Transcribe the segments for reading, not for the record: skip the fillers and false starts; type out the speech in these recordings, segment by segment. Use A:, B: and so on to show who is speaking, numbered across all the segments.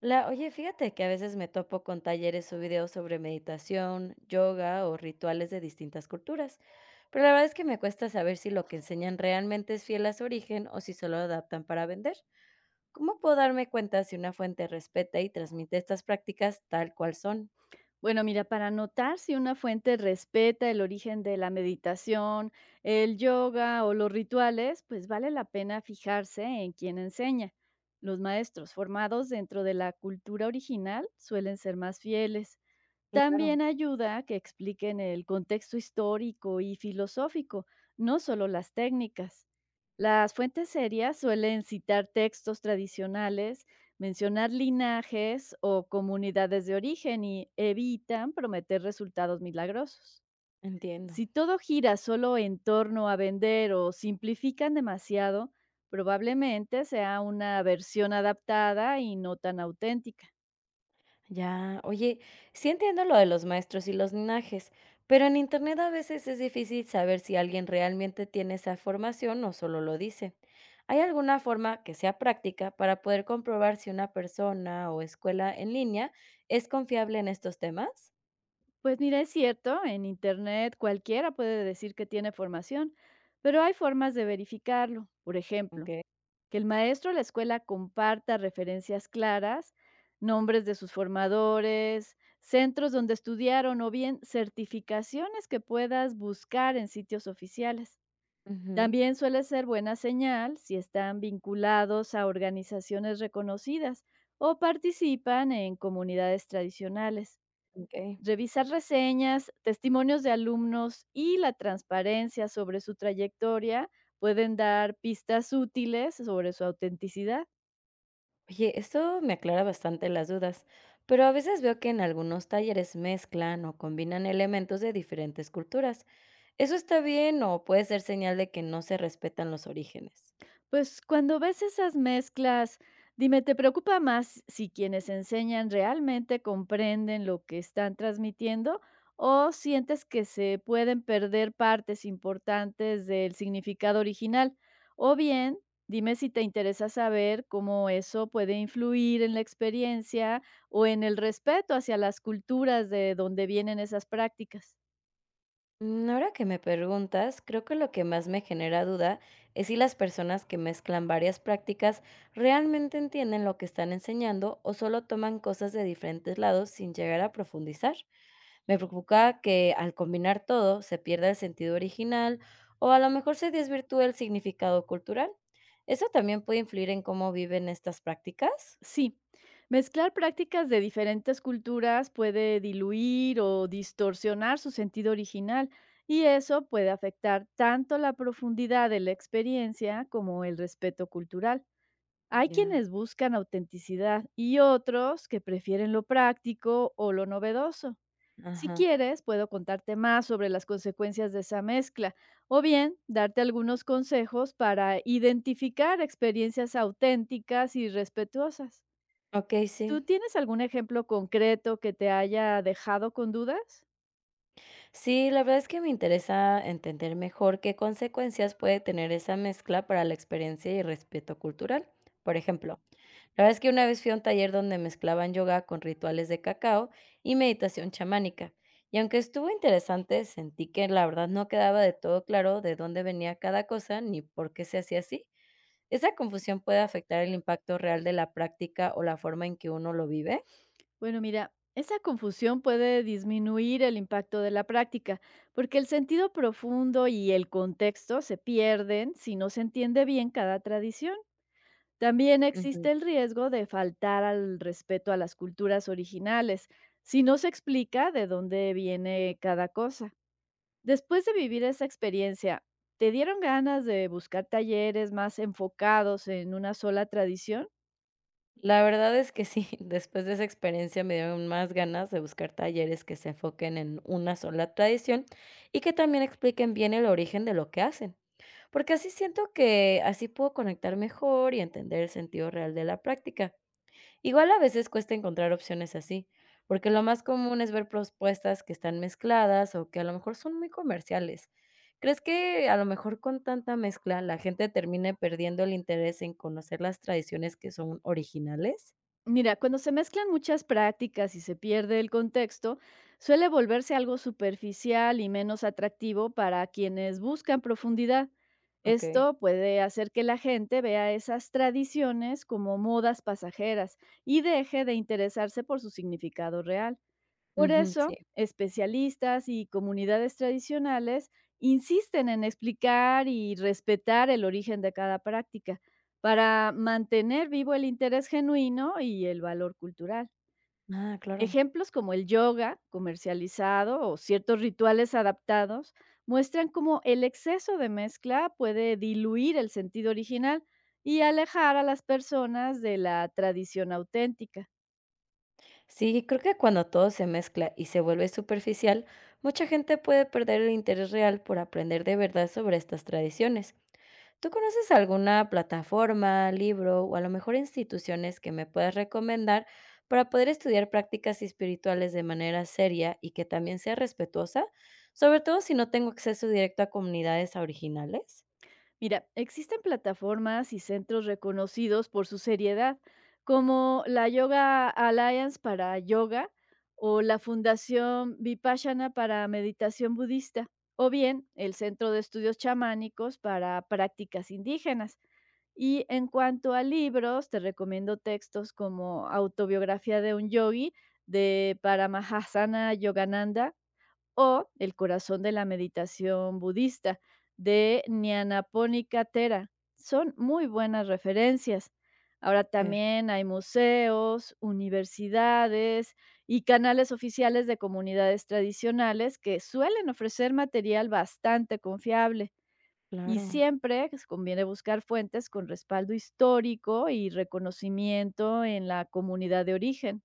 A: La, oye, fíjate que a veces me topo con talleres o videos sobre meditación, yoga o rituales de distintas culturas, pero la verdad es que me cuesta saber si lo que enseñan realmente es fiel a su origen o si solo adaptan para vender. ¿Cómo puedo darme cuenta si una fuente respeta y transmite estas prácticas tal cual son?
B: Bueno, mira, para notar si una fuente respeta el origen de la meditación, el yoga o los rituales, pues vale la pena fijarse en quién enseña. Los maestros formados dentro de la cultura original suelen ser más fieles.
A: Claro,
B: También ayuda que expliquen el contexto histórico y filosófico, no solo las técnicas. Las fuentes serias suelen citar textos tradicionales, mencionar linajes o comunidades de origen y evitan prometer resultados milagrosos.
A: entiendo.
B: Si todo gira solo en torno a vender o simplifican demasiado, probablemente sea una versión adaptada y no tan auténtica.
A: Ya, oye, sí entiendo lo de los maestros y los linajes, pero en internet a veces es difícil saber si alguien realmente tiene esa formación o solo lo dice. ¿Hay alguna forma que sea práctica para poder comprobar si una persona o escuela en línea es confiable en estos temas?
B: Pues mira, es cierto, en Internet cualquiera puede decir que tiene formación, pero hay formas de verificarlo. Por
A: Ok.
B: ejemplo, que el maestro o la escuela comparta referencias claras, nombres de sus formadores, centros donde estudiaron o bien certificaciones que puedas buscar en sitios oficiales.
A: Ujú.
B: También suele ser buena señal si están vinculados a organizaciones reconocidas o participan en comunidades tradicionales.
A: Ok.
B: Revisar reseñas, testimonios de alumnos y la transparencia sobre su trayectoria pueden dar pistas útiles sobre su autenticidad.
A: Oye, esto me aclara bastante las dudas, pero a veces veo que en algunos talleres mezclan o combinan elementos de diferentes culturas. ¿Eso está bien o puede ser señal de que no se respetan los orígenes?
B: Pues cuando ves esas mezclas, dime, ¿te preocupa más si quienes enseñan realmente comprenden lo que están transmitiendo o sientes que se pueden perder partes importantes del significado original? O bien, dime si te interesa saber cómo eso puede influir en la experiencia o en el respeto hacia las culturas de donde vienen esas prácticas.
A: Mm, ahora que me preguntas, creo que lo que más me genera duda es si las personas que mezclan varias prácticas realmente entienden lo que están enseñando o solo toman cosas de diferentes lados sin llegar a profundizar. Me preocupa que al combinar todo se pierda el sentido original o a lo mejor se desvirtúe el significado cultural. ¿Eso también puede influir en cómo viven estas prácticas?
B: Sí, mezclar prácticas de diferentes culturas puede diluir o distorsionar su sentido original, y eso puede afectar tanto la profundidad de la experiencia como el respeto cultural. Hay
A: Ya.
B: quienes buscan autenticidad y otros que prefieren lo práctico o lo novedoso. Si
A: Ajá.
B: quieres, puedo contarte más sobre las consecuencias de esa mezcla o bien darte algunos consejos para identificar experiencias auténticas y respetuosas.
A: Ok, sí.
B: ¿Tú tienes algún ejemplo concreto que te haya dejado con dudas?
A: Sí, la verdad es que me interesa entender mejor qué consecuencias puede tener esa mezcla para la experiencia y respeto cultural. Por ejemplo, la verdad es que una vez fui a un taller donde mezclaban yoga con rituales de cacao y meditación chamánica. Y aunque estuvo interesante, sentí que la verdad no quedaba de todo claro de dónde venía cada cosa ni por qué se hacía así. ¿Esa confusión puede afectar el impacto real de la práctica o la forma en que uno lo vive?
B: Bueno, mira, esa confusión puede disminuir el impacto de la práctica, porque el sentido profundo y el contexto se pierden si no se entiende bien cada tradición. También existe el riesgo de faltar al respeto a las culturas originales, si no se explica de dónde viene cada cosa. Después de vivir esa experiencia, ¿te dieron ganas de buscar talleres más enfocados en una sola tradición?
A: La verdad es que sí, después de esa experiencia me dieron más ganas de buscar talleres que se enfoquen en una sola tradición y que también expliquen bien el origen de lo que hacen, porque así siento que así puedo conectar mejor y entender el sentido real de la práctica. Igual a veces cuesta encontrar opciones así, porque lo más común es ver propuestas que están mezcladas o que a lo mejor son muy comerciales. ¿Crees que a lo mejor con tanta mezcla la gente termine perdiendo el interés en conocer las tradiciones que son originales?
B: Mira, cuando se mezclan muchas prácticas y se pierde el contexto, suele volverse algo superficial y menos atractivo para quienes buscan profundidad.
A: Okey.
B: Esto puede hacer que la gente vea esas tradiciones como modas pasajeras y deje de interesarse por su significado real. Por
A: Ujú, sí.
B: eso, especialistas y comunidades tradicionales insisten en explicar y respetar el origen de cada práctica para mantener vivo el interés genuino y el valor cultural.
A: Ah, claro.
B: Ejemplos como el yoga comercializado o ciertos rituales adaptados muestran cómo el exceso de mezcla puede diluir el sentido original y alejar a las personas de la tradición auténtica.
A: Sí, creo que cuando todo se mezcla y se vuelve superficial, mucha gente puede perder el interés real por aprender de verdad sobre estas tradiciones. ¿Tú conoces alguna plataforma, libro o a lo mejor instituciones que me puedas recomendar para poder estudiar prácticas espirituales de manera seria y que también sea respetuosa? Sobre todo si no tengo acceso directo a comunidades originales.
B: Mira, existen plataformas y centros reconocidos por su seriedad, como la Yoga Alliance para yoga o la Fundación Vipassana para meditación budista, o bien el Centro de Estudios Chamánicos para prácticas indígenas. Y en cuanto a libros, te recomiendo textos como Autobiografía de un Yogi de Paramahansa Yogananda o El corazón de la meditación budista de Nyanaponika Thera. Son muy buenas referencias. Ahora
A: Súper,
B: también hay museos, universidades y canales oficiales de comunidades tradicionales que suelen ofrecer material bastante confiable, y
A: claro.
B: siempre pues, conviene buscar fuentes con respaldo histórico y reconocimiento en la comunidad de origen.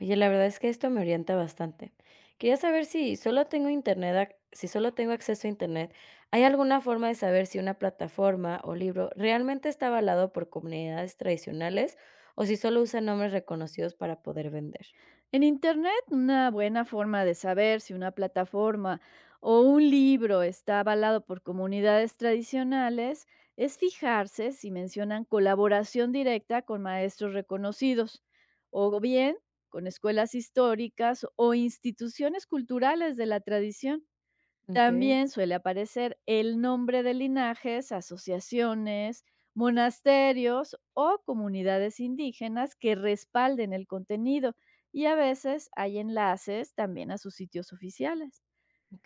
A: Oye, la verdad es que esto me orienta bastante. Quería saber si solo tengo internet, si solo tengo acceso a internet, ¿hay alguna forma de saber si una plataforma o libro realmente está avalado por comunidades tradicionales o si solo usan nombres reconocidos para poder vender?
B: En Internet, una buena forma de saber si una plataforma o un libro está avalado por comunidades tradicionales es fijarse si mencionan colaboración directa con maestros reconocidos o bien con escuelas históricas o instituciones culturales de la tradición.
A: Ok,
B: También suele aparecer el nombre de linajes, asociaciones, monasterios o comunidades indígenas que respalden el contenido, y a veces hay enlaces también a sus sitios oficiales.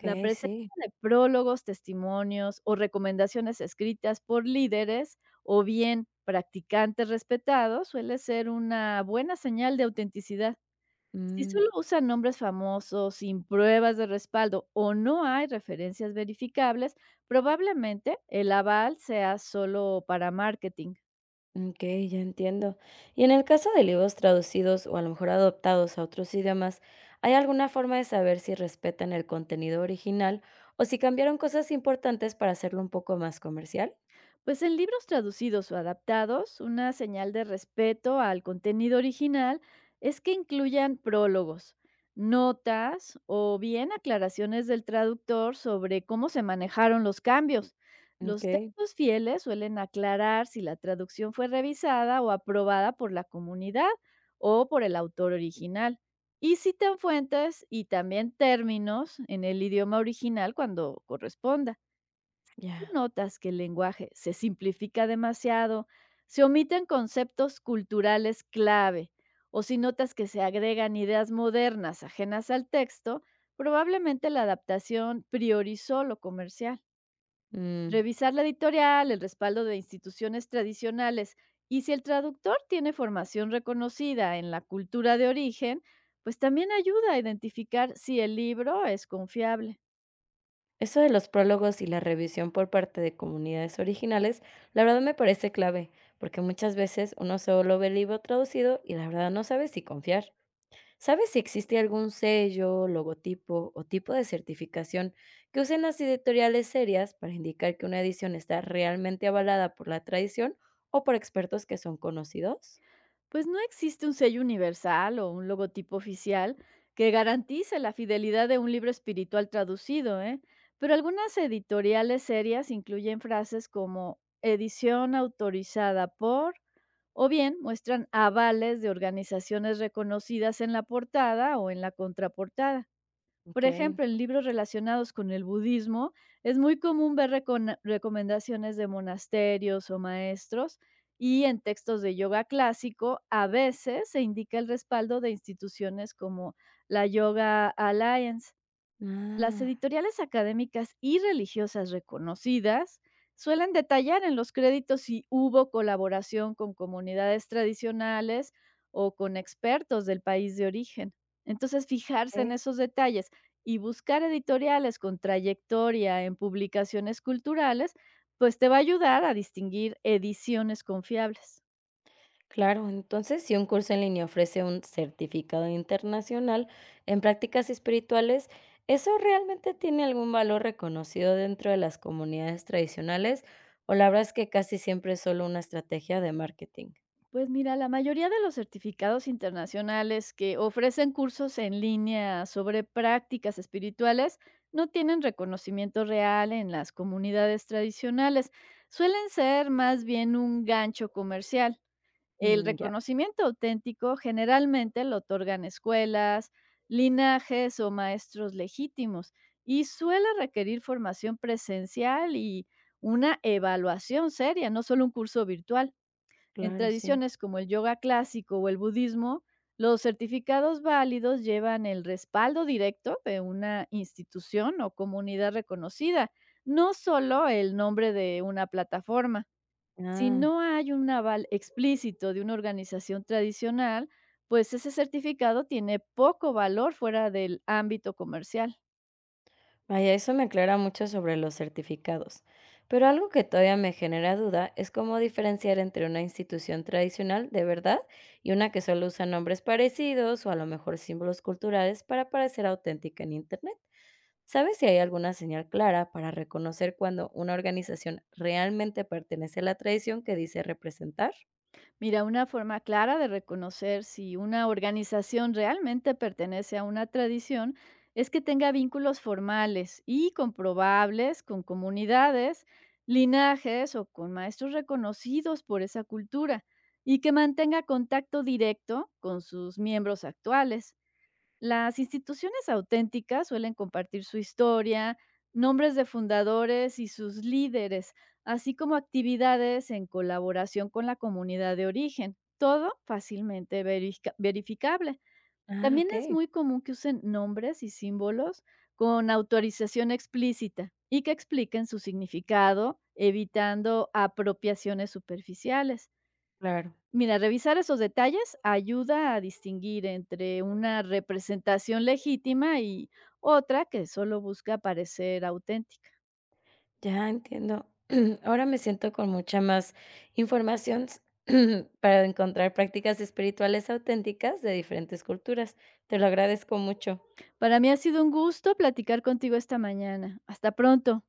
B: La presencia
A: sí.
B: de prólogos, testimonios o recomendaciones escritas por líderes o bien practicantes respetados suele ser una buena señal de autenticidad. Si
A: Mm.
B: solo usan nombres famosos, sin pruebas de respaldo o no hay referencias verificables, probablemente el aval sea solo para marketing.
A: Ok, ya entiendo. Y en el caso de libros traducidos o a lo mejor adoptados a otros idiomas, ¿hay alguna forma de saber si respetan el contenido original o si cambiaron cosas importantes para hacerlo un poco más comercial?
B: Pues en libros traducidos o adaptados, una señal de respeto al contenido original es que incluyan prólogos, notas o bien aclaraciones del traductor sobre cómo se manejaron los cambios. Los
A: Ok,
B: textos fieles suelen aclarar si la traducción fue revisada o aprobada por la comunidad o por el autor original. Y citan fuentes y también términos en el idioma original cuando corresponda.
A: ya.
B: Notas que el lenguaje se simplifica demasiado, se omiten conceptos culturales clave o si notas que se agregan ideas modernas ajenas al texto, probablemente la adaptación priorizó lo comercial.
A: Mm.
B: Revisar la editorial, el respaldo de instituciones tradicionales y si el traductor tiene formación reconocida en la cultura de origen, pues también ayuda a identificar si el libro es confiable.
A: Eso de los prólogos y la revisión por parte de comunidades originales, la verdad me parece clave, porque muchas veces uno solo ve el libro traducido y la verdad no sabe si confiar. ¿Sabes si existe algún sello, logotipo o tipo de certificación que usen las editoriales serias para indicar que una edición está realmente avalada por la tradición o por expertos que son conocidos?
B: Pues no existe un sello universal o un logotipo oficial que garantice la fidelidad de un libro espiritual traducido, ¿eh? Pero algunas editoriales serias incluyen frases como edición autorizada por, o bien muestran avales de organizaciones reconocidas en la portada o en la contraportada. Por
A: Ok.
B: ejemplo, en libros relacionados con el budismo, es muy común ver recomendaciones de monasterios o maestros, y en textos de yoga clásico a veces se indica el respaldo de instituciones como la Yoga Alliance. Las
A: Ah,
B: editoriales académicas y religiosas reconocidas suelen detallar en los créditos si hubo colaboración con comunidades tradicionales o con expertos del país de origen. Entonces, fijarse en
A: ok.
B: esos detalles y buscar editoriales con trayectoria en publicaciones culturales, pues te va a ayudar a distinguir ediciones confiables.
A: Claro, entonces si un curso en línea ofrece un certificado internacional en prácticas espirituales, ¿eso realmente tiene algún valor reconocido dentro de las comunidades tradicionales? O la verdad es que casi siempre es solo una estrategia de marketing.
B: Pues mira, la mayoría de los certificados internacionales que ofrecen cursos en línea sobre prácticas espirituales no tienen reconocimiento real en las comunidades tradicionales. Suelen ser más bien un gancho comercial. El
A: Mm, ya,
B: reconocimiento auténtico generalmente lo otorgan escuelas, linajes o maestros legítimos, y suele requerir formación presencial y una evaluación seria, no solo un curso virtual. En
A: claro, sí.
B: tradiciones como el yoga clásico o el budismo, los certificados válidos llevan el respaldo directo de una institución o comunidad reconocida, no solo el nombre de una plataforma. Si
A: Ah.
B: no hay un aval explícito de una organización tradicional, pues ese certificado tiene poco valor fuera del ámbito comercial.
A: Vaya, eso me aclara mucho sobre los certificados, pero algo que todavía me genera duda es cómo diferenciar entre una institución tradicional de verdad y una que solo usa nombres parecidos o a lo mejor símbolos culturales para parecer auténtica en Internet. ¿Sabes si hay alguna señal clara para reconocer cuando una organización realmente pertenece a la tradición que dice representar?
B: Mira, una forma clara de reconocer si una organización realmente pertenece a una tradición es que tenga vínculos formales y comprobables con comunidades, linajes o con maestros reconocidos por esa cultura, y que mantenga contacto directo con sus miembros actuales. Las instituciones auténticas suelen compartir su historia, nombres de fundadores y sus líderes, así como actividades en colaboración con la comunidad de origen. Todo fácilmente verificable.
A: Ah,
B: También
A: ok.
B: es muy común que usen nombres y símbolos con autorización explícita y que expliquen su significado, evitando apropiaciones superficiales.
A: Claro.
B: Mira, revisar esos detalles ayuda a distinguir entre una representación legítima y otra que solo busca parecer auténtica.
A: Ya entiendo. Ahora me siento con mucha más información para encontrar prácticas espirituales auténticas de diferentes culturas. Te lo agradezco mucho.
B: Para mí ha sido un gusto platicar contigo esta mañana. Hasta pronto.